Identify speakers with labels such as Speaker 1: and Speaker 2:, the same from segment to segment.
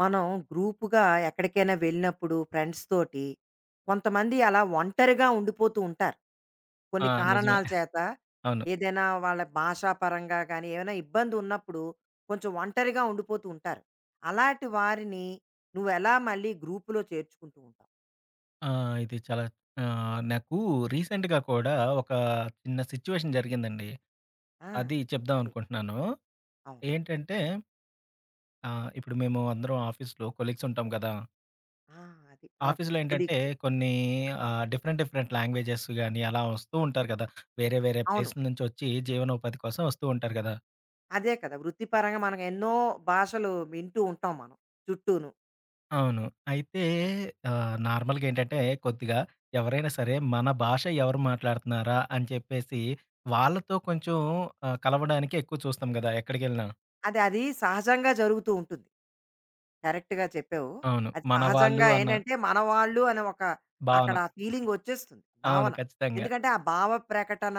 Speaker 1: మనం గ్రూప్‌గా ఎక్కడికైనా వెళ్ళినప్పుడు ఫ్రెండ్స్ తోటి, కొంతమంది అలా ఒంటరిగా ఉండిపోతూ ఉంటారు.
Speaker 2: ఆ!
Speaker 1: కొన్ని
Speaker 2: నిజమే.
Speaker 1: కారణాల చేత
Speaker 2: అవును.
Speaker 1: ఏదైనా వాళ్ళ భాషాపరంగా గానీ, ఏమైనా ఇబ్బందున్నప్పుడు కొంచెం ఒంటరిగా ఉండిపోతూ ఉంటారు. అలాంటి వారిని నువ్వెలా మళ్ళీ గ్రూప్‌లో చేర్చుకుంటూ ఉంటావు?
Speaker 2: ఆ! ఇది చాలా, నాకు రీసెంట్‌గా కూడా ఒక చిన్న సిట్యుయేషన్ జరిగిందండి.
Speaker 1: ఆ!
Speaker 2: అది చెప్దాం
Speaker 1: అది.
Speaker 2: అనుకుంటున్నాను.
Speaker 1: అవును.
Speaker 2: ఏంటంటే, ఇప్పుడు మేము అందరం ఆఫీస్‌లో కొలీగ్స్ ఉంటాం కదా!
Speaker 1: ఆ! అది. ఆ!
Speaker 2: ఆఫీస్‌లో ఏంటంటే,
Speaker 1: కొలీగ్స్.
Speaker 2: కొన్ని డిఫరెంట్ డిఫరెంట్ లాంగ్వేజెస్ గాని అలా వస్తూ ఉంటారు కదా! వేరే వేరే
Speaker 1: అవును.
Speaker 2: ప్లేస్‌ల నుంచి వచ్చి జీవనోపాధి కోసం వస్తూ ఉంటారు కదా!
Speaker 1: అదే కదా! వృత్తిపరంగా మనం ఎన్నో భాషలు వింటూ ఉంటాం మనం చుట్టూను.
Speaker 2: అవును. అయితే,
Speaker 1: ఆ!
Speaker 2: నార్మల్‌గా ఏంటంటే, కొద్దిగా ఎవరైనా సరే మన భాష ఎవరు మాట్లాడుతున్నారా అని చెప్పేసి వాళ్ళతో కొంచెం కలవడానికి ఎక్కువ చూస్తాం గదా! ఎక్కడికెళ్ళినా.
Speaker 1: అది అది సహజంగా జరుగుతూ ఉంటుంది. కరెక్ట్‌గా చెప్పావు.
Speaker 2: అవును.
Speaker 1: అది
Speaker 2: మన వాళ్ళు
Speaker 1: సహజంగా
Speaker 2: అన్న
Speaker 1: ఏంటంటే మనవాళ్ళు అని ఒక అక్కడ
Speaker 2: భావన.
Speaker 1: ఆ ఫీలింగ్ వచ్చేస్తుంది
Speaker 2: అవును.
Speaker 1: భావన.
Speaker 2: ఖచ్చితంగా.
Speaker 1: ఎందుకంటే ఆ భావ ప్రకటన,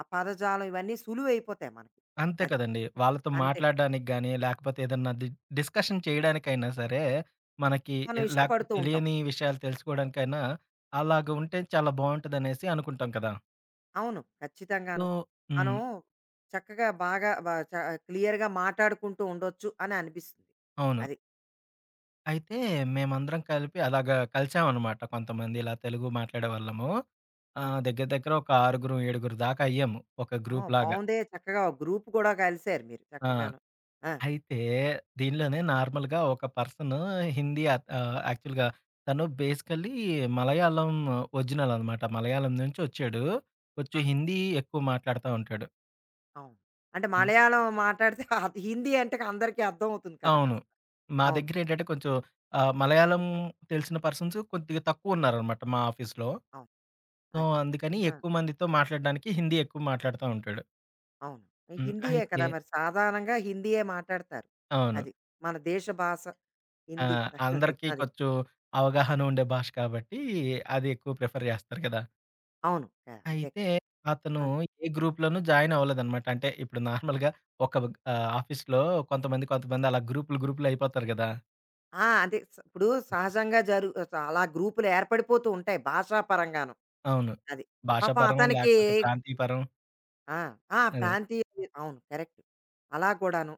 Speaker 1: ఆ పదజాలం ఇవన్నీ సులువైపోతాయి మనకి.
Speaker 2: అంతే
Speaker 1: అది.
Speaker 2: కదండీ. వాళ్ళతో
Speaker 1: అంతే కదా!
Speaker 2: మాట్లాడడానికి గాని, లేకపోతే ఏదన్నా డిస్కషన్ చేయడానికైనా సరే మనకి
Speaker 1: మనం
Speaker 2: లేకపోతే
Speaker 1: ఇష్టపడుతూ ఉంటాం.
Speaker 2: తెలియని విషయాలు తెలుసుకోవడానికైనా అలాగా ఉంటే చాలా బావుంటదనేసి అనుకుంటాం కదా!
Speaker 1: అవును.
Speaker 2: సో
Speaker 1: ఖచ్చితంగాను. మనం
Speaker 2: హ్మ్.
Speaker 1: చక్కగా బాగా వ చ క్లియర్‌గా మాట్లాడుకుంటూ ఉండొచ్చు అని అనిపిస్తుంది.
Speaker 2: అవును.
Speaker 1: అది.
Speaker 2: అయితే మేమందరం కలిపి అలాగా కలిసామనమాట. కొంతమంది ఇలా తెలుగు మాట్లాడే వాళ్ళము.
Speaker 1: ఆహా!
Speaker 2: దగ్గర దగ్గర ఒక ఆరుగురు, ఏడుగురు దాకా అయ్యాము. ఒక
Speaker 1: ఆ!
Speaker 2: గ్రూప్‌లాగా.
Speaker 1: బావుందే చక్కగా ఒక గ్రూప్ కూడా కలిసారు మీరు
Speaker 2: ఆ!
Speaker 1: చక్కగాను. ఆ!
Speaker 2: అయితే దీనిలోనే నార్మల్‌గా ఒక పర్సను హిందీ, యాక్చువల్‌గా తను బేసికల్లీ మలయాళం ఒరిజినల్ అనమాట. మలయాళం నుంచి ఒచ్చాడు. కొంచెం
Speaker 1: ఆ!
Speaker 2: హిందీ ఎక్కువ మాట్లాడుతా ఉంటాడు.
Speaker 1: అవును. అంటే
Speaker 2: హ్మ్.
Speaker 1: మలయాళం మాట్లాడితే అది హిందీ అంటే అందరికీ అర్థమవుతుంది కదా
Speaker 2: అవును.
Speaker 1: కాస్త.
Speaker 2: మా
Speaker 1: అవును.
Speaker 2: దగ్గరేంటంటే, కొంచెం మలయాళం తెలిసిన పర్సన్స్ కొద్దిగా తక్కువున్నారనమాట మా ఆఫీస్‌లో.
Speaker 1: అవును.
Speaker 2: సో,
Speaker 1: అది.
Speaker 2: అందుకని
Speaker 1: ఆ!
Speaker 2: ఎక్కువ మందితో మాట్లాడడానికి హిందీ ఎక్కువ మాట్లాడుతా ఉంటాడు.
Speaker 1: అవును. ఈ
Speaker 2: హ్మ్.
Speaker 1: హిందీయే
Speaker 2: అయితే
Speaker 1: కదా! మరి సాధారణంగా హిందీయే మాట్లాడతారు.
Speaker 2: అవును.
Speaker 1: అది. మన దేశ భాష
Speaker 2: ఆ!
Speaker 1: హిందీ కదా! అది.
Speaker 2: అందరికీ
Speaker 1: అది.
Speaker 2: కొంచెం అవగాహన ఉండే భాష కాబట్టి అది ఎక్కువ ప్రిఫర్ జేస్తారు కదా!
Speaker 1: అవును. ఆ! అంతే
Speaker 2: అయితే
Speaker 1: కదా!
Speaker 2: అతను
Speaker 1: ఆ!
Speaker 2: ఏ గ్రూప్‌లోనూ జాయిన్ అవ్వలేదనమాట. అంటే ఇప్పుడు నార్మల్‌గా ఒక ఆఫీస్‌లో కొంతమంది, కొంతమంది అలా గ్రూపులు, గ్రూపులు అయిపోతారు గదా!
Speaker 1: ఆ! అదే ఇప్పుడు సహజంగా అలా గ్రూపులు ఏర్పడిపోతూ ఉంటాయి భాషా పరంగాను.
Speaker 2: అవును.
Speaker 1: అది. పాపం
Speaker 2: భాషాపరం
Speaker 1: అతనికి
Speaker 2: లేకపోతే ప్రాంతీయపరం.
Speaker 1: ఆ! ఆ!
Speaker 2: అదే.
Speaker 1: ప్రాంతీయ అవును. కరెక్ట్. అలా కూడాను.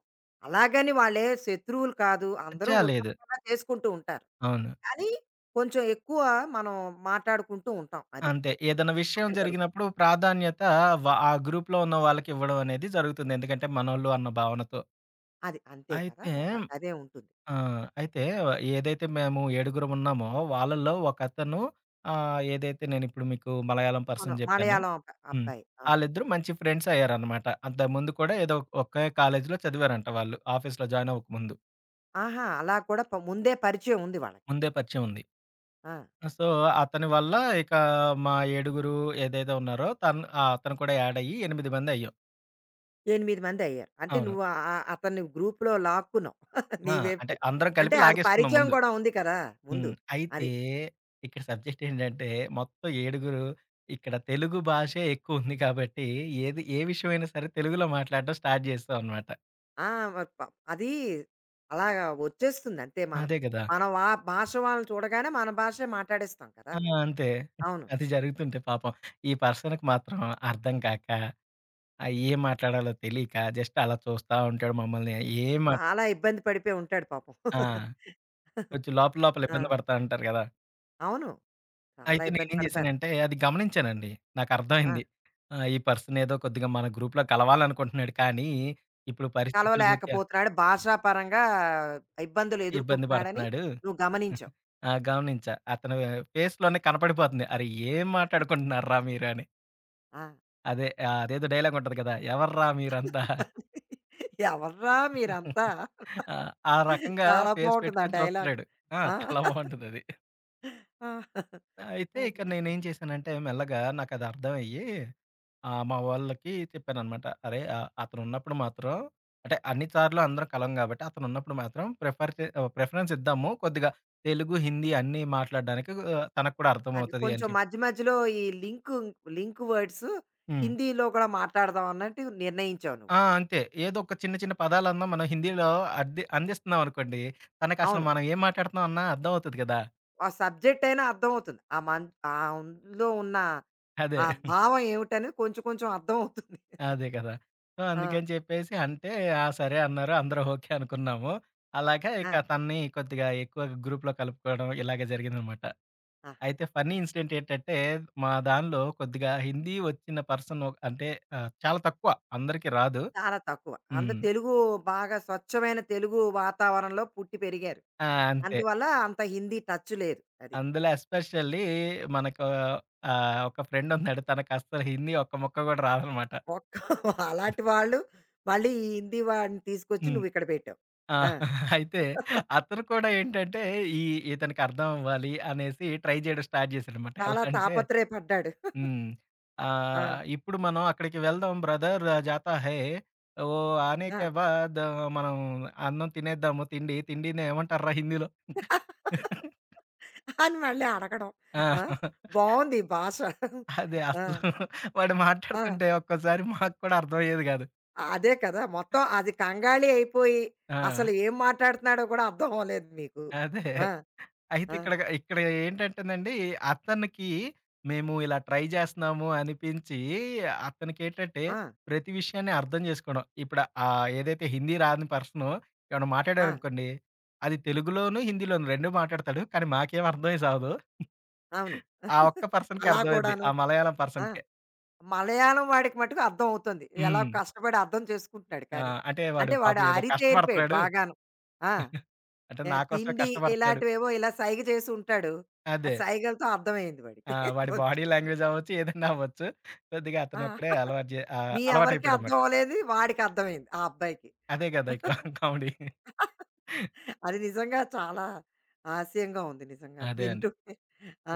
Speaker 1: అలాగని వాళ్ళే శత్రువులు కాదు. అందరూ
Speaker 2: చా లేదు.
Speaker 1: ఉల్లాసంగా చేసుకుంటూ ఉంటారు.
Speaker 2: అవును.
Speaker 1: కానీ కొంచెం ఎక్కువ మనం మాట్లాడుకుంటూ ఉంటాం. అది.
Speaker 2: అంతే. ఏదైనా విషయం
Speaker 1: అక్కడ
Speaker 2: జరిగినప్పుడు ప్రాధాన్యత ఆ గ్రూప్‌లో ఉన్న వాళ్ళకి ఇవ్వడం అనేది జరుగుతుంది. ఎందుకంటే మనోళ్ళు అన్న భావనతో.
Speaker 1: అది. అంతే కదా!
Speaker 2: అయితే
Speaker 1: అదే ఉంటుంది.
Speaker 2: ఆ! అయితే ఏదైతే మేము ఏడుగురం ఉన్నామో వాళ్ళలో ఒకతను, ఏదైతే నేనిప్పుడు మీకు మలయాళం
Speaker 1: అవును.
Speaker 2: పర్సన్ జెప్పానో.
Speaker 1: మలయాళం
Speaker 2: హ్మ్.
Speaker 1: అబ్బాయి. అవును.
Speaker 2: ఆళ్ళిద్దరూ మంచి ఫ్రెండ్స్ అయ్యారనమాట. అంతకుముందు కూడా ఏదో ఒకే కాలేజీలో చదివారంట వాళ్ళు. ఆఫీస్‌లో జాయిన్ అవ్వకముందు.
Speaker 1: ఆహా! అలా కూడా ముందే పరిచయం ఉంది వాళ్ళకి.
Speaker 2: ముందే పరిచయం ఉంది.
Speaker 1: ఆ!
Speaker 2: సో, అతని వల్ల ఇక మా ఏడుగురు ఏదైతే ఉన్నారో, తను, అతను కూడా యాడ్ అయ్యి 8 మంది అయ్యాం.
Speaker 1: 8 మందయ్యారు. అంటే
Speaker 2: అవును.
Speaker 1: నువ్వు ఆహ్, ఆహ్, అతన్ని గ్రూప్‌లో లాక్కున్నావు. నీ
Speaker 2: ఆ! అంటే
Speaker 1: వైపు.
Speaker 2: అందరం కలిపి
Speaker 1: అంటే అది
Speaker 2: లాగేసుకున్నాం
Speaker 1: పరిచయం
Speaker 2: ముందు.
Speaker 1: కూడా ఉంది కదా! ముందు.
Speaker 2: హ్మ్. అయితే
Speaker 1: అది.
Speaker 2: ఇక్కడ సబ్జెక్ట్ ఏంటంటే, మొత్తం ఏడుగురు ఇక్కడ తెలుగు భాషే ఎక్కువుంది కాబట్టి ఏది ఏ విషయమైనా సరే తెలుగులో మాట్లాడడం స్టార్ట్ చేసాం అన్నమాట.
Speaker 1: ఆ! మరి అది అలాగా వచ్చేస్తుంది అంతే. మనం
Speaker 2: అదే కదా!
Speaker 1: మన వా భాష వాళ్ళని చూడగానే మన భాషే మాట్లాడేస్తాం కదా!
Speaker 2: ఆ!
Speaker 1: మరి.
Speaker 2: అంతే.
Speaker 1: అవును.
Speaker 2: అది జరుగుతుంటే పాపం ఈ పర్సన్‌కి మాత్రం అర్థం కాక, ఏం మాట్లాడాలో తెలియక జస్ట్ అలా చూస్తా ఉంటాడు మమ్మల్ని. ఏం మాట్లా
Speaker 1: చాలా ఇబ్బంది పడిపోయి ఉంటాడు పాపం.
Speaker 2: ఆ! కొంచెం లోపల లోపల ఇబ్బంది
Speaker 1: ఆ!
Speaker 2: పడతా ఉంటారు కదా!
Speaker 1: అవును. చాలా
Speaker 2: అయితే
Speaker 1: ఇబ్బంది
Speaker 2: నేనేం
Speaker 1: పడతారు.
Speaker 2: జేశానంటే, అది గమనించానండి.
Speaker 1: ఆ!
Speaker 2: నాకర్థమైంది. ఈ పర్సనేదో కొద్దిగా మన గ్రూప్‌లో కలవాలనుకుంటున్నాడు, కానీ ఇప్పుడు పరిస్థితుల రీత్యా
Speaker 1: కలవలేకపోతున్నాడు. భాషాపరంగా ఇబ్బందులు
Speaker 2: ఇబ్బంది
Speaker 1: ఎదుర్కొంటున్నాడని
Speaker 2: పడుతున్నాడు.
Speaker 1: నువ్వు గమనించావు.
Speaker 2: ఆ! గమనించా. అతను ఫేస్‌లోనే కనపడిపోతుంది. అరే! ఏం మాట్లాడుకుంటున్నార్రా మీరు అని.
Speaker 1: ఆ!
Speaker 2: అదే, అదేదో డైలాగుంటది కదా! ఎవర్రా మీరంతా?
Speaker 1: ఎవర్రా మీరంతా?
Speaker 2: అని. ఆ! ఆ రకంగా
Speaker 1: చాలా
Speaker 2: ఫేస్
Speaker 1: బావుంటుంది ఆ
Speaker 2: పెట్టుకొని
Speaker 1: డైలాగ్.
Speaker 2: చూస్తున్నాడు. ఆ! చాలా బావుంటదది.
Speaker 1: ఆ!
Speaker 2: అయితే
Speaker 1: ఆ!
Speaker 2: ఇక నేనేం చేశానంటే, మెల్లగా నాకదర్థమయ్యి ఆ! మా వాళ్ళకి చెప్పాననమాట. అరే! అతనున్నప్పుడు మాత్రం, అంటే అన్ని సార్లు అందరం కలం గాబట్టి, అతనున్నప్పుడు మాత్రం ప్రిఫరెన్స్ ఇద్దాము. కొద్దిగా తెలుగు, హిందీ అన్నీ మాట్లాడడానికి, తనకు కూడా
Speaker 1: అది
Speaker 2: అర్థమవుతది అని
Speaker 1: కొంచెం
Speaker 2: చెప్పి.
Speaker 1: మధ్య మధ్యలో ఈ లింక్ వర్డ్స్
Speaker 2: హ్మ్.
Speaker 1: హిందీలో కూడా మాట్లాడదాం అన్నట్టు నిర్ణయించావు
Speaker 2: ఆ!
Speaker 1: నువ్వు.
Speaker 2: అంతే. ఏదో ఒక చిన్న చిన్న పదాలన్నా మనం హిందీలో అద్ది అందిస్తున్నామనుకోండి, తనకసలు
Speaker 1: అవును.
Speaker 2: మనం ఏం మాట్లాడుతున్నాం అన్నా అర్థం అవుతది కదా!
Speaker 1: ఆ సబ్జెక్ట్ అయినా అర్థమవుతుంది. ఆ ఆ అందులో ఉన్న
Speaker 2: అదే.
Speaker 1: ఆ భావం ఏమిటనేది కొంచెం కొంచెం అర్థమవుతుంది.
Speaker 2: అదే కదా! సో,
Speaker 1: ఆ!
Speaker 2: అందుకని చెప్పేసి అంటే, ఆ! సరే అన్నారు. అందరూ ఓకే అనుకున్నాము. అలాగా
Speaker 1: ఆ!
Speaker 2: ఇక తనని కొద్దిగా ఎక్కువ గ్రూప్‌లో కలుపుకోవడం ఇలాగే జరిగిందనమాట. అయితే
Speaker 1: ఆహాహా!
Speaker 2: ఫన్నీ
Speaker 1: అది.
Speaker 2: ఇన్సిడెంట్ ఏంటంటే, మా దానిలో కొద్దిగా హిందీ వచ్చిన పర్సన్ ఒ అంటే, చాలా తక్కువ. అందరికి రాదు.
Speaker 1: చాలా తక్కువ. అందరు
Speaker 2: హ్మ్.
Speaker 1: తెలుగు బాగా స్వచ్ఛమైన తెలుగు వాతావరణంలో పుట్టి పెరిగారు.
Speaker 2: ఆ! అంతే.
Speaker 1: అందువల్ల అంత హిందీ టచ్ లేదు. అది.
Speaker 2: అందులో ఎస్పెషల్లీ మనకు, ఒక ఫ్రెండ్ ఉన్నాడు. తనకస్సలు హిందీ ఒక్క ముక్క గూడా రాదనమాట.
Speaker 1: ఒక్క అలాంటి వాళ్ళు మళ్ళీ ఈ హిందీ వాడిని తీసుకొచ్చి
Speaker 2: హ్మ్.
Speaker 1: నువ్వు ఇక్కడ పెట్టావు.
Speaker 2: ఆ!
Speaker 1: ఆ!
Speaker 2: అయితే అతను కూడా ఏంటంటే, ఈ ఇతనికి అర్థం అవ్వాలి అనేసి ట్రై చేయడం స్టార్ట్ చేశాడనమాట. ఎలా
Speaker 1: చాలా
Speaker 2: అంటే,
Speaker 1: తాపత్రయపడ్డాడు.
Speaker 2: హ్మ్.
Speaker 1: ఆ!
Speaker 2: ఇప్పుడు మనం అక్కడికి వెళ్దాం బ్రదర్ జాతా హై. ఓ ఆనే
Speaker 1: ఆ!
Speaker 2: కే బాద్ మనం అన్నం తినేద్దాము తిండి. తిండిని ఏమంటార్రా హిందీలో?
Speaker 1: అని మళ్ళీ అడగడం.
Speaker 2: ఆ!
Speaker 1: ఆ! బావుంది ఈ భాష.
Speaker 2: అదే
Speaker 1: ఆ!
Speaker 2: అసలు వాడు
Speaker 1: ఆ!
Speaker 2: మాట్లాడుతుంటే ఒక్కోసారి మాకు కూడా అర్థమయ్యేది కాదు.
Speaker 1: అదే కదా! మొత్తం అది కంగాళి అయిపోయి,
Speaker 2: ఆ!
Speaker 1: అసలు ఏం మాట్లాడుతున్నాడో కూడా అర్థం అవ్వలేదు మీకు.
Speaker 2: అదే.
Speaker 1: ఆ!
Speaker 2: అయితే
Speaker 1: ఆ!
Speaker 2: ఇక్కడ ఏంటంటేనండి, అతనికి మేము ఇలా ట్రై చేస్తున్నాము అనిపించి, అతనికేంటంటే
Speaker 1: ఆ!
Speaker 2: ప్రతి విషయాన్ని అర్థం చేసుకోవడం. ఇప్పుడు, ఏదైతే హిందీ రాని పర్సను ఏమన్నా
Speaker 1: ఆ!
Speaker 2: మాట్లాడాడనుకోండి, అది తెలుగులోను, హిందీలోను 2 మాట్లాడతాడు. కానీ మాకేం అర్థమే సావదు.
Speaker 1: అవును.
Speaker 2: ఆ ఒక్క పర్సన్‌కే
Speaker 1: అలా
Speaker 2: అర్థమైద్ది.
Speaker 1: కూడాను.
Speaker 2: ఆ మలయాళం
Speaker 1: ఆ!
Speaker 2: పర్సన్‌కే.
Speaker 1: మలయాళం వాడికి మట్టుకు అర్థం అవుతుంది. ఎలా
Speaker 2: హ్మ్.
Speaker 1: కష్టపడి అర్థం చేసుకుంటున్నాడు
Speaker 2: ఆ!
Speaker 1: కానీ.
Speaker 2: అంటే వాడు
Speaker 1: అంటే వాడు
Speaker 2: పాపం ఏదో
Speaker 1: అరితేరిపోయాడు
Speaker 2: కష్టపడుతున్నాడు.
Speaker 1: బాగాను. ఆ!
Speaker 2: అంటే
Speaker 1: ఏ
Speaker 2: నా కోసమే
Speaker 1: తిండి
Speaker 2: కష్టపడుతున్నాడు.
Speaker 1: ఇలాంటివేవో ఇలా సైగ చేసి ఉంటాడు. ఆ
Speaker 2: అదే.
Speaker 1: సైగలతో అర్థమయింది వాడికి
Speaker 2: ఆ! వాడి బాడీ
Speaker 1: కొంచెం.
Speaker 2: లాంగ్వేజ్ అవ్వచ్చు, ఏదైనా అవ్వచ్చు. కొద్దిగా
Speaker 1: ఆ!
Speaker 2: అతనొక్కడే
Speaker 1: మీ ఎవరికీ అర్థం
Speaker 2: అలవాటయిపోయాడనమాట.
Speaker 1: అవ్వలేదు. వాడికి అర్థమైంది ఆ అబ్బాయికి.
Speaker 2: అదే గదా! ఇక్కడ కామెడీ.
Speaker 1: అది నిజంగా చాలా హాస్యంగా ఉంది నిజంగా.
Speaker 2: అదే అండి.
Speaker 1: వింటుంటే.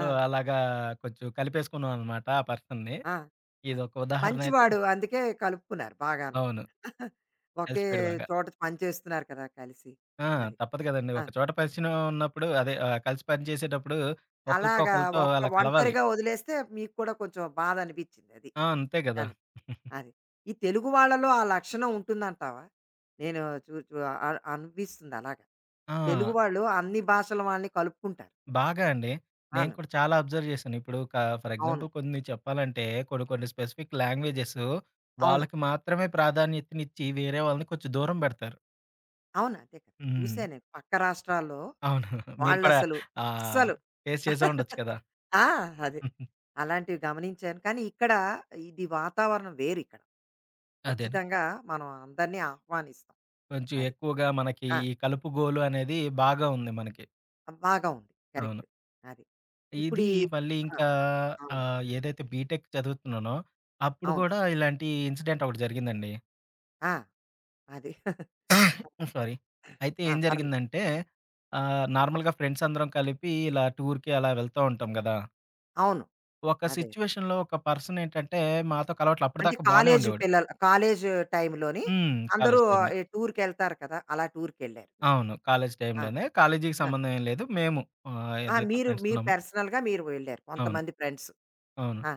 Speaker 1: ఆ!
Speaker 2: అలాగా కొంచెం కలిపేసుకున్నాం అనమాట ఆ పర్సన్‌ని.
Speaker 1: ఆ! అది.
Speaker 2: ఇదొక ఉదాహరణ అయితే,
Speaker 1: మంచివాడు అందుకే కలుపుకున్నారు బాగాను.
Speaker 2: అవును.
Speaker 1: ఒకే
Speaker 2: కలిసిపోయాడు బాగా.
Speaker 1: చోట పని చేస్తున్నారు కదా! కలిసి.
Speaker 2: ఆ!
Speaker 1: అది.
Speaker 2: తప్పదు కదండీ!
Speaker 1: ఆ!
Speaker 2: ఒక చోట పరిచయం ఉన్నప్పుడు అదే, కలిసి పని చేసేటప్పుడు ఒకళ్ళతో,
Speaker 1: అలాగా
Speaker 2: ఒకళ్ళతో
Speaker 1: ఒక్క
Speaker 2: అలా కలవాలి.
Speaker 1: ఒంటరిగా వదిలేస్తే మీకు కూడా కొంచెం బాధ అనిపించిందది.
Speaker 2: ఆ! అంతే గదా!
Speaker 1: అది. అది. ఈ తెలుగు వాళ్ళలో ఆ లక్షణం ఉంటుందంటావా? నేను చూ చూ అ అనిపిస్తుంది అలాగా. తెలుగు
Speaker 2: ఆ!
Speaker 1: వాళ్ళు అన్ని భాషల వాళ్ళని కలుపుకుంటారు.
Speaker 2: బాగా అండి. నేను
Speaker 1: అవును.
Speaker 2: కూడా చాలా
Speaker 1: అది.
Speaker 2: అబ్జర్వ్ చేశాను. ఇప్పుడు ఫర్
Speaker 1: అవును.
Speaker 2: ఎగ్జాంపుల్ కొన్ని చెప్పాలంటే, కొన్ని, కొన్ని స్పెసిఫిక్ లాంగ్వేజెస్
Speaker 1: అవును.
Speaker 2: వాళ్ళకి మాత్రమే ప్రాధాన్యతనిచ్చి వేరే వాళ్ళని కొంచెం దూరం పెడతారు.
Speaker 1: అవును. అంతే కదా!
Speaker 2: హ్మ్.
Speaker 1: చూసా నేను పక్క రాష్ట్రాల్లో
Speaker 2: అవును. మీరు కూడా
Speaker 1: వాళ్ళసలు
Speaker 2: ఆహ్,
Speaker 1: అస్సలు
Speaker 2: ఫేస్ చేసే ఉండొచ్చు కదా!
Speaker 1: ఆ! అదే. అలాంటివి గమనించాను. కానీ ఇక్కడ ఇది వాతావరణం వేరిక్కడ.
Speaker 2: అదేను.
Speaker 1: ఖచ్చితంగా మనం అందరినీ ఆహ్వానిస్తాం.
Speaker 2: కొంచెం
Speaker 1: అది.
Speaker 2: ఎక్కువగా మనకి
Speaker 1: ఆ!
Speaker 2: ఈ కలుపు గోలు అనేది బాగా ఉంది మనకి.
Speaker 1: బాగా ఉంది.
Speaker 2: అవును.
Speaker 1: కరెక్ట్. అది. ఇప్పుడు
Speaker 2: ఇది
Speaker 1: ఈ
Speaker 2: మళ్ళీ
Speaker 1: ఆ!
Speaker 2: ఇంకా,
Speaker 1: అవును.
Speaker 2: ఏదైతే బీటెక్ చదువుతున్నానో, అప్పుడు
Speaker 1: అవును.
Speaker 2: గూడా ఇలాంటి ఇన్సిడెంట్ ఒకటి జరిగిందండి.
Speaker 1: ఆ! అది.
Speaker 2: హ్మ్. సారీ. అయితే
Speaker 1: ఆ!
Speaker 2: ఏం
Speaker 1: పర్లేదు.
Speaker 2: జరిగిందంటే, నార్మల్‌గా ఫ్రెండ్స్ అందరం కలిపి ఇలా టూర్‌కి అలా వెళ్తూ ఉంటాం గదా!
Speaker 1: అవును.
Speaker 2: ఒక
Speaker 1: అదే. అదే.
Speaker 2: సిట్యుయేషన్‌లో ఒక పర్సన్ ఏంటంటే, మాతో కలవట్ల.
Speaker 1: అంటే
Speaker 2: అప్పటిదాకా బానే
Speaker 1: కాలేజు
Speaker 2: ఉండేవాడు.
Speaker 1: పిల్లలు కాలేజు టైంలోని
Speaker 2: హ్మ్.
Speaker 1: అందరూ
Speaker 2: కాలేజీ టైమ్‌లో.
Speaker 1: ఈ టూర్‌కెళ్తారు కదా! అలా టూర్‌కెళ్లారు మీరు.
Speaker 2: అవును. కాలేజీ
Speaker 1: ఆ!
Speaker 2: టైంలోనే. కాలేజీకి
Speaker 1: ఆ!
Speaker 2: సంబంధం ఏం లేదు. మేము,
Speaker 1: ఆ!
Speaker 2: ఏదైతే
Speaker 1: మీరు
Speaker 2: ఫ్రెండ్స్
Speaker 1: మీరు
Speaker 2: ఉన్నామో.
Speaker 1: పర్సనల్‌గా మీరు వెళ్లారు.
Speaker 2: అవును.
Speaker 1: కొంతమంది ఫ్రెండ్స్.
Speaker 2: అవును.
Speaker 1: ఆ!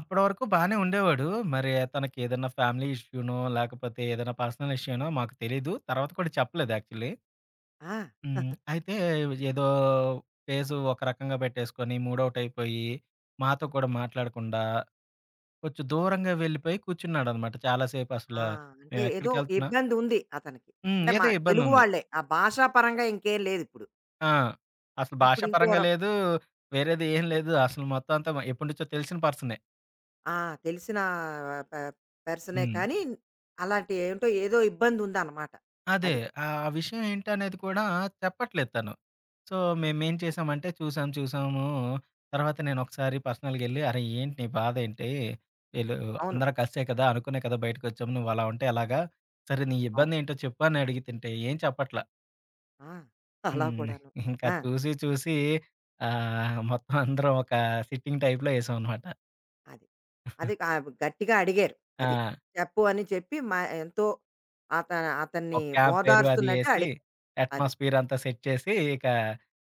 Speaker 2: అప్పటి వరకు బానే ఉండేవాడు. మరి తనకి ఏదన్నా ఫ్యామిలీ ఇష్యూనో, లేకపోతే ఏదైనా పర్సనల్ ఇష్యూనో మాకు తెలీదు. తర్వాత కూడా చెప్పలేదు యాక్చువల్లీ.
Speaker 1: ఆ!
Speaker 2: హ్మ్. అయితే ఏదో ఫేసు ఒక రకంగా పెట్టేసుకొని, మూడ్ ఔట్ అయిపోయి, మాతో కూడా మాట్లాడకుండా కొంచెం దూరంగా వెళ్ళిపోయి కూర్చున్నాడనమాట. చాలా సేపు అసల
Speaker 1: ఆ! అంటే ఏదో
Speaker 2: మేమెక్కడికెళ్తున్నా.
Speaker 1: ఇబ్బందుంది అతనికి.
Speaker 2: హ్మ్.
Speaker 1: అంటే మా
Speaker 2: ఏదో
Speaker 1: తెలుగు
Speaker 2: ఇబ్బందుంది.
Speaker 1: వాళ్ళే. ఆ భాషా పరంగా ఇంకేం లేదిప్పుడు.
Speaker 2: ఆ! అసలు
Speaker 1: ఇప్పుడు
Speaker 2: భాషా
Speaker 1: ఇప్పుడు ఇంకో
Speaker 2: పరంగా లేదు. వేరేది ఏం లేదు. అసలు మొత్తం అంతా ఎప్పటినుంచో తెలిసిన పర్సనే.
Speaker 1: ఆ! తెలిసిన ప పర్సనే
Speaker 2: హ్మ్.
Speaker 1: కానీ అలాంటి ఏంటో ఏదో ఇబ్బందుందనమాట.
Speaker 2: అదే.
Speaker 1: అది.
Speaker 2: ఆ విషయం ఏంటనేది కూడా చెప్పట్లేదు తను. సో,
Speaker 1: ఆ!
Speaker 2: మేమేం
Speaker 1: అది.
Speaker 2: చేసామంటే చూసాం, చూసాము. తర్వాత నేనొకసారి పర్సనల్‌గెళ్లి "అరె! ఏంటి నీ బాధేంటి? వీళ్ళు
Speaker 1: అవును.
Speaker 2: అందరం కలిసే కదా! అనుకునే కదా! బయటకొచ్చాము. నువ్వు అలా ఉంటే ఎలాగా? సరే నీ
Speaker 1: అవును.
Speaker 2: ఇబ్బందేంటో చెప్పు" అని అడిగితుంటే ఏం చెప్పట్లా.
Speaker 1: ఆ! అలా
Speaker 2: హ్మ్.
Speaker 1: కూడాను.
Speaker 2: ఇంకా
Speaker 1: ఆ!
Speaker 2: చూసి చూసి, మొత్తం అందరం ఒక సిట్టింగ్ టైప్‌లో ఏసామనమాట.
Speaker 1: అది. అది గట్టిగా అడిగారు.
Speaker 2: ఆ!
Speaker 1: అది. చెప్పు అని చెప్పి మా ఎంతో అత అతన్ని
Speaker 2: ఒక క్యాంప్ ఫైర్ అది
Speaker 1: ఓదార్స్తున్నట్టు
Speaker 2: ఏసి,
Speaker 1: అడిగారు. అది.
Speaker 2: అట్మాస్ఫియర్ అంతా సెట్ చేసి, ఇక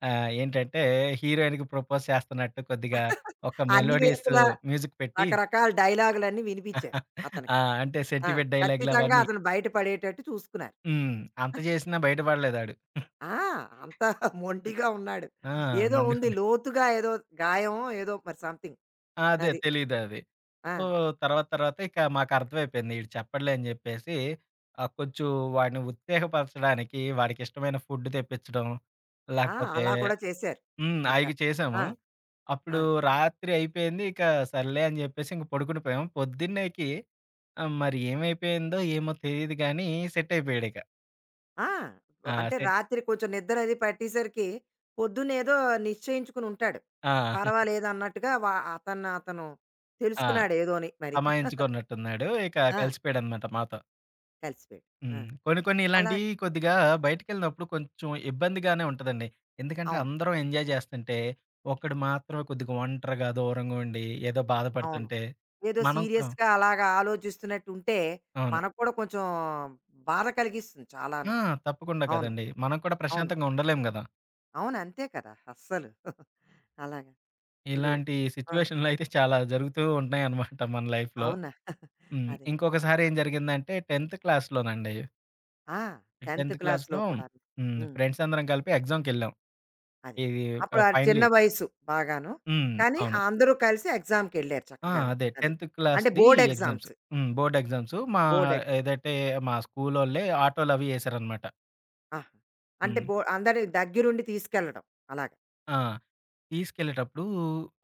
Speaker 2: ఏంటంటే, హీరోయిన్‌కి ప్రపోజ్ చేస్తున్నట్టు కొద్దిగా ఒక
Speaker 1: అన్ని
Speaker 2: మెలోడియస్
Speaker 1: వైపులా
Speaker 2: మ్యూజిక్ పెట్టి
Speaker 1: రకరకాల డైలాగులన్నీ వినిపించారు
Speaker 2: ఆ!
Speaker 1: అతనికి.
Speaker 2: అంటే
Speaker 1: ఆ!
Speaker 2: సెంటిమెంట్ డైలాగులు
Speaker 1: ఖచ్చితంగా
Speaker 2: అవన్నీ.
Speaker 1: అతను బయట పడేటట్టు చూసుకున్నారు.
Speaker 2: హ్మ్. అంత చేసినా బయటపడలేదాడు.
Speaker 1: ఆ! అంత మొండిగా ఉన్నాడు.
Speaker 2: ఆ!
Speaker 1: ఏదో ఉంది
Speaker 2: మొండిగుండు.
Speaker 1: లోతుగా ఏదో గాయమో ఏదో మరి సంథింగ్.
Speaker 2: అదే
Speaker 1: అది.
Speaker 2: తెలీదది.
Speaker 1: ఆ!
Speaker 2: సో, తర్వాత తర్వాత ఇక మాకర్థమైపోయింది. ఈడు చెప్పడులే అని చెప్పేసి, కొంచెం వాడిని ఉత్తేజపరచడానికి వాడికిష్టమైన ఫుడ్ తెప్పించడం,
Speaker 1: ఆ!
Speaker 2: లేకపోతే
Speaker 1: అలా కూడా చేశారు.
Speaker 2: హ్మ్.
Speaker 1: ఇంకా.
Speaker 2: అయి
Speaker 1: ఆ!
Speaker 2: చేసాము.
Speaker 1: ఆ!
Speaker 2: అప్పుడు రాత్రి అయిపోయింది. ఇక సర్లే అని జెప్పేసి ఇంక పడుకుండిపోయాం. పొద్దున్నేకి, మరి ఏమైపోయిందో ఏమో తెలీదు గానీ సెట్ అయిపోయాడిక.
Speaker 1: ఆ!
Speaker 2: ఆ!
Speaker 1: అంటే
Speaker 2: సెట్.
Speaker 1: రాత్రి కొంచెం నిద్ర అది పట్టేసరికి పొద్దున్నేదో నిశ్చయించుకుని ఉంటాడు.
Speaker 2: ఆ!
Speaker 1: పర్వాలేదన్నట్టుగా అతను అతను
Speaker 2: ఆ!
Speaker 1: తెలుసుకున్నాడు ఏదోని మరి.
Speaker 2: అమాయించుకున్నట్టున్నాడు. ఇక
Speaker 1: ఆ!
Speaker 2: కలిసిపోయాడనమాట మాతో.
Speaker 1: కలిసిపోయాడు. ఆ!
Speaker 2: హ్మ్. కొన్ని కొన్ని
Speaker 1: అలా
Speaker 2: ఇలాంటియి కొద్దిగా బయటికెళ్ళినప్పుడు కొంచెం ఇబ్బందిగానే ఉంటదండి. ఎందుకంటే
Speaker 1: అవును.
Speaker 2: అందరం ఎంజాయ్ జేస్తుంటే, ఒకడు మాత్రమే కొద్దిగా ఒంటరిగా దూరంగా ఉండి ఏదో
Speaker 1: అవును.
Speaker 2: బాధపడుతుంటే,
Speaker 1: ఏదో
Speaker 2: మనం కూడా.
Speaker 1: సీరియస్‌గా అలాగా ఆలోచిస్తున్నట్టు ఉంటే
Speaker 2: అవును.
Speaker 1: మనకు కూడా కొంచెం బాధ కలిగిస్తుంది చాలాను.
Speaker 2: ఆ! తప్పకుండా
Speaker 1: అవును.
Speaker 2: కదండీ. మనం కూడా
Speaker 1: అవును.
Speaker 2: ప్రశాంతంగా ఉండలేం గదా!
Speaker 1: అవును. అంతే కదా! అస్సలు. అలాగా. ఇప్పుడు
Speaker 2: ఇలాంటి
Speaker 1: ఆ!
Speaker 2: సిట్యుయేషన్‌లు అయితే చాలా జరుగుతూ ఉంటాయనమాట మన లైఫ్‌లో.
Speaker 1: అవునా!
Speaker 2: హ్మ్.
Speaker 1: అదే.
Speaker 2: ఇంకొకసారి ఏం జరిగిందంటే 10థ్ క్లాస్‌లోనండి.
Speaker 1: ఆ! 10థ్
Speaker 2: 10థ్
Speaker 1: క్లాస్‌లో
Speaker 2: క్లాస్‌లో
Speaker 1: కూడాను.
Speaker 2: హ్మ్.
Speaker 1: హ్మ్.
Speaker 2: ఫ్రెండ్స్ అందరం కలిపి ఎగ్జామ్‌కెళ్ళాం.
Speaker 1: అది.
Speaker 2: ఇది,
Speaker 1: అప్పుడు ఆ
Speaker 2: ఫైనల్
Speaker 1: చిన్న
Speaker 2: ఇయర్.
Speaker 1: వయసు బాగాను.
Speaker 2: హ్మ్.
Speaker 1: కానీ ఆ
Speaker 2: అవును.
Speaker 1: అందరూ కలిసి ఎగ్జామ్‌కెళ్ళారు
Speaker 2: ఆ!
Speaker 1: చక్కగాను.
Speaker 2: అదే
Speaker 1: అది.
Speaker 2: 10థ్
Speaker 1: అంటే
Speaker 2: క్లాస్‌ది
Speaker 1: బోర్డ్
Speaker 2: ఎగ్జామ్స్.
Speaker 1: ఎగ్జామ్స్.
Speaker 2: హ్మ్. Board exams. మా
Speaker 1: బోర్డ్ ఎగ్జామ్స్.
Speaker 2: ఏదైతే మా స్కూలోళ్ళే ఆటోలవి యేసారనమాట.
Speaker 1: ఆహా! అంటే
Speaker 2: హ్మ్.
Speaker 1: అందరి దగ్గరుండి తీసుకెళ్ళడం అలాగా.
Speaker 2: ఆ! తీసుకెళ్ళేటప్పుడు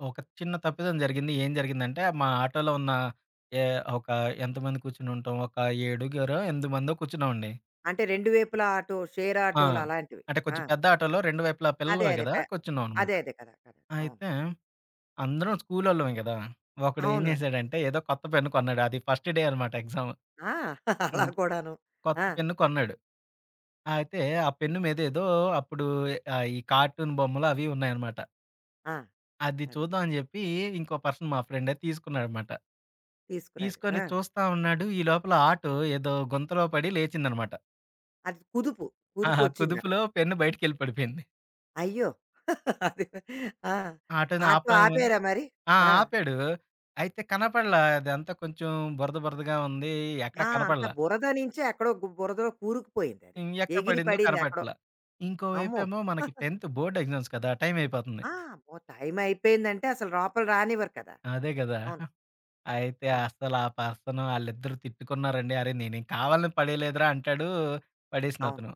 Speaker 2: ఒక చిన్న తప్పిదం జరిగింది. ఏం జరిగిందంటే, మా ఆటోలో ఉన్న ఏ ఒక ఎంతమంది కూర్చునుంటాం, ఒక ఏడుగురో, ఎనిమిది మందో కూర్చున్నామండి.
Speaker 1: అంటే 2 వైపులా ఆటో, షేర్
Speaker 2: ఆ!
Speaker 1: ఆటోలు అలాంటివి.
Speaker 2: అంటే
Speaker 1: ఆ!
Speaker 2: కొంచెం పెద్ద ఆటోలో రెండు వైపులా
Speaker 1: అదే.
Speaker 2: పిల్లలమే
Speaker 1: అదే.
Speaker 2: కదా! కూర్చున్నాం అనమాట.
Speaker 1: అదే. అదే కదా! కదా! అవును.
Speaker 2: అయితే అందరం స్కూలోళ్ళమే కదా! ఒకడు ఏం
Speaker 1: అవును. అది కదా!
Speaker 2: చేశాడంటే, ఏదో కొత్త పెన్ను కొన్నాడు. అది ఫస్ట్ డే అనమాట ఎగ్జామ్.
Speaker 1: ఆ! అలా
Speaker 2: హ్మ్.
Speaker 1: కూడాను.
Speaker 2: కొత్త
Speaker 1: ఆ!
Speaker 2: పెన్ను కొన్నాడు. అయితే ఆ పెన్ను మీద ఏదో అప్పుడు, ఈ కార్టూన్ బొమ్మలు అవి ఉన్నాయన్నమాట.
Speaker 1: ఆ!
Speaker 2: అది
Speaker 1: అది.
Speaker 2: చూద్దాం అని చెప్పి ఇంకో పర్సన్ మా ఫ్రెండే తీసుకున్నాడన్నమాట.
Speaker 1: తీసుకురాడు.
Speaker 2: తీసుకొని
Speaker 1: ఆ!
Speaker 2: చూస్తా ఉన్నాడు. ఈ లోపల ఆటో ఏదో గుంతలో పడి లేచిందనమాట.
Speaker 1: అది కుదుపు.
Speaker 2: ఆహా!
Speaker 1: కుదుపొచ్చిందక్కడ.
Speaker 2: కుదుపులో పెన్ను బయటికెళ్ళి పడిపోయింది.
Speaker 1: అయ్యో! అది. ఆ!
Speaker 2: ఆటోని
Speaker 1: ఆటో
Speaker 2: ఆపామని
Speaker 1: ఆపారా మరి?
Speaker 2: ఆ!
Speaker 1: ఆ!
Speaker 2: ఆపాడు. అయితే కనపడలా. అదంతా కొంచెం బురద బురదగా ఉంది. ఎక్కడ
Speaker 1: ఆ! అంత
Speaker 2: కనపడలా.
Speaker 1: బురద నించి ఎక్కడో బురదలో కూరుకుపోయింది అది.
Speaker 2: హ్మ్. ఎక్కడ
Speaker 1: ఎగిరి
Speaker 2: పడిందో
Speaker 1: పడింది ఎక్కడో.
Speaker 2: కనపడట్లా.
Speaker 1: అమ్మో!
Speaker 2: ఇంకోవైపేమో మనకి 10థ్ బోర్డ్ ఎగ్జామ్స్ కదా! టైం అయిపోతుంది.
Speaker 1: ఆ! అమ్మో! టైమయిపోయిందంటే అసలు లోపల రానివ్వరు కదా!
Speaker 2: అదే గదా!
Speaker 1: అవును.
Speaker 2: అయితే
Speaker 1: ఆ!
Speaker 2: అస్సలు ఆ పర్సన్ ఆళ్ళిద్దరూ తిట్టుకున్నారండి. "అరేయ్! నేనేం కావాలని పడేయలేదురా" అంటాడు. పడేసిన
Speaker 1: అవును.
Speaker 2: అతను.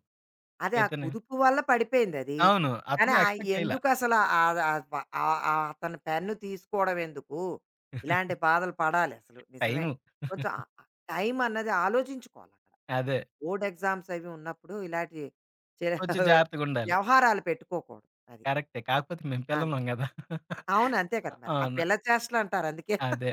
Speaker 1: అదే ఆ
Speaker 2: ఇతను
Speaker 1: కుదుపు వల్ల పడిపోయిందది.
Speaker 2: అవును.
Speaker 1: కానీ
Speaker 2: అతను ఎక్స్‌పెక్ట్ చేయలా.
Speaker 1: ఎందుకసల ఆహ్, ఆహ్, ప ఆహ్, ఆహ్, అతను పెన్ను తీసుకోవడం ఎందుకు? ఇలాంటి బాధలు పడాలి అసలు నిజమే.
Speaker 2: టైము.
Speaker 1: కొంచెం ఆహ్, ఆహ్, టైమన్నది ఆలోచించుకోవాలక్కడ.
Speaker 2: అదే.
Speaker 1: బోర్డ్ ఎగ్జామ్స్ అవి ఉన్నప్పుడు ఇలాంటి చిర
Speaker 2: కొంచెం జాగ్రత్తగుండాలి.
Speaker 1: వ్యవహారాలు పెట్టుకోకూడదు. అది.
Speaker 2: కరెక్టే. కాకపోతే మేము
Speaker 1: ఆ!
Speaker 2: పిల్లలం గదా!
Speaker 1: అవును. అంతే కదా! మరి. ఆ
Speaker 2: అవును.
Speaker 1: పిల్ల చేష్టలంటారు అందుకే.
Speaker 2: అదే.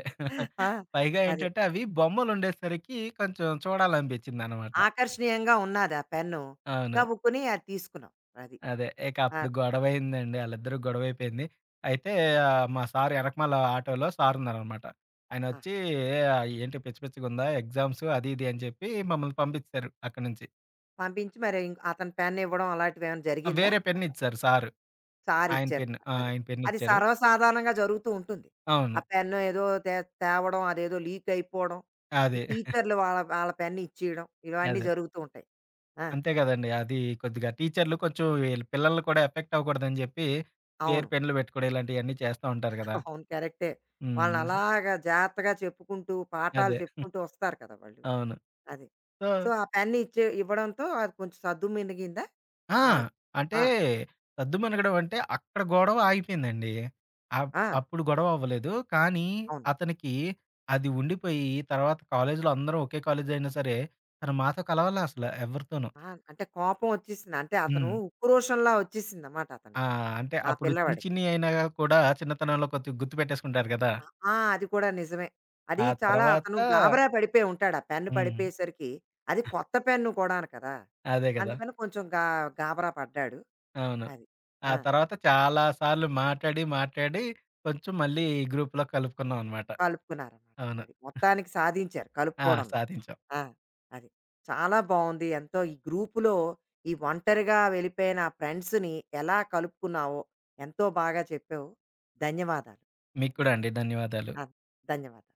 Speaker 1: ఆ!
Speaker 2: పైగా
Speaker 1: అది.
Speaker 2: ఏంటంటే అవి బొమ్మలుండేసరికి కొంచెం చూడాలనిపించిందనమాట.
Speaker 1: ఆకర్షణీయంగా ఉన్నాది ఆ పెన్ను.
Speaker 2: అవును.
Speaker 1: గబుక్కుని అది తీసుకున్నావు. అది.
Speaker 2: అదే. ఇక
Speaker 1: ఆ!
Speaker 2: అప్పుడు గొడవయిందండి. ఆళ్ళిద్దరూ గొడవయిపోయింది. అయితే, మా సారు ఎనకమాల ఆటోలో సారున్నారనమాట.
Speaker 1: ఆ!
Speaker 2: ఆయనొచ్చి "ఏయ్! ఏంటి పిచ్చి పిచ్చిగుందా ఎగ్జామ్స్" అది ఇది అని చెప్పి మమ్మల్ని పంపించేశారు అక్కడి నుంచి.
Speaker 1: పంపించి మరి అతను పెన్ ఇవ్వడం అలాంటివేమైనా
Speaker 2: ఆ,
Speaker 1: జరిగిందా?
Speaker 2: వేరే పెన్నిచ్చారు సారు.
Speaker 1: సార్
Speaker 2: ఆయన
Speaker 1: ఇచ్చారు
Speaker 2: పెన్ను.
Speaker 1: కదా!
Speaker 2: ఆ!
Speaker 1: అది.
Speaker 2: ఆయన
Speaker 1: అది
Speaker 2: పెన్నిచ్చారు.
Speaker 1: సర్వసాధారణంగా జరుగుతూ ఉంటుంది. ఆ
Speaker 2: అవును.
Speaker 1: పెన్ను ఏదో తేవడం, అదేదో లీక్ అయిపోవడం, ఈ
Speaker 2: అదే.
Speaker 1: టీచర్‌లు వాళ్ళ పెన్ ఇచ్చేయడం ఇవన్నీ
Speaker 2: అదే.
Speaker 1: జరుగుతూ ఉంటాయి. ఆ!
Speaker 2: అంతే గదండీ. అది కొద్దిగా టీచర్‌లు కొంచెం వీళ్ళ పిల్లల్ని కూడా ఎఫెక్ట్ అవ్వకూడదని జెప్పి, పేరు
Speaker 1: అవును.
Speaker 2: పెన్నులు బెట్టుకోవడం ఇలాంటియన్నీ చేస్తా ఉంటారు గదా!
Speaker 1: అవును. కరెక్టే.
Speaker 2: హ్మ్.
Speaker 1: వాళ్ళనలాగా జాగ్రత్తగా చెప్పుకుంటూ, పాఠాలు
Speaker 2: అదే.
Speaker 1: చెప్పుకుంటూ వస్తారు కదా వాళ్ళు.
Speaker 2: అవును.
Speaker 1: అది.
Speaker 2: సో
Speaker 1: సో, ఆ పెన్ ఇవ్వడంతో అది కొంచెం సద్దుమణిగిందా?
Speaker 2: ఆ!
Speaker 1: ఆద్
Speaker 2: అంటే
Speaker 1: ఆ!
Speaker 2: సద్దుమణగడం అంటే అక్కడ గొడవ ఆగిపోయిందండి. అప్
Speaker 1: ఆ!
Speaker 2: అప్పుడు గొడవ అవ్వలేదు. కానీ
Speaker 1: ఆ, అవును.
Speaker 2: అతనికి అది ఉండిపోయి తర్వాత కాలేజీలో అందరం ఒకే కాలేజ్ అయినా సరే, తను మాతో కలవలా అసల ఎవరితోనూ.
Speaker 1: ఆ! అంటే కోపం వచ్చేసింది. అంటే అతను
Speaker 2: హ్మ్.
Speaker 1: ఉక్రోషంలా వచ్చేసిందన్నమాట
Speaker 2: ఆ!
Speaker 1: అతనికి.
Speaker 2: అంటే
Speaker 1: ఆ
Speaker 2: అప్పుడు చిన్ని
Speaker 1: పిల్లవాడికి.
Speaker 2: చిన్నియి అయినా కూడా చిన్నతనంలో కొంచెం గుర్తుపెట్టేసుకుంటారు గదా!
Speaker 1: అ ఆ! అది కూడా నిజమే.
Speaker 2: ఆ
Speaker 1: అది చాలా
Speaker 2: తర్వాత
Speaker 1: అతను గాబరా పడిపోయి ఉంటాడు. ఆ పెన్
Speaker 2: హ్మ్.
Speaker 1: పడిపోయేసరికి. అది కొత్త పెన్ను కూడాను కదా!
Speaker 2: అదే గదా!
Speaker 1: అందుకని కొంచెం గాబరా పడ్డాడు.
Speaker 2: అవును.
Speaker 1: అది.
Speaker 2: ఆ
Speaker 1: ఆ!
Speaker 2: తర్వాత చాలా సార్లు మాట్లాడి, మాట్లాడి కొంచెం మళ్ళీ గ్రూప్‌లో కలుపుకున్నాం అనమాట.
Speaker 1: కలుపుకున్నారనమాట.
Speaker 2: అవును.
Speaker 1: అది. మొత్తానికి సాధించారు
Speaker 2: ఆ!
Speaker 1: కలుపుకోవడం.
Speaker 2: సాధించాం.
Speaker 1: ఆ! అది. చాలా బావుంది. ఎంతో ఈ గ్రూప్‌లో ఈ ఒంటరిగా వెళ్ళిపోయిన ఆ ఫ్రెండ్స్‌ని ఎలా కలుపుకున్నావో ఎంతో బాగా చెప్పావు. ధన్యవాదాలు.
Speaker 2: మీకు కూడా
Speaker 1: ధన్
Speaker 2: అండి. ధన్యవాదాలు.
Speaker 1: ఆ! ధన్యవాదాలు.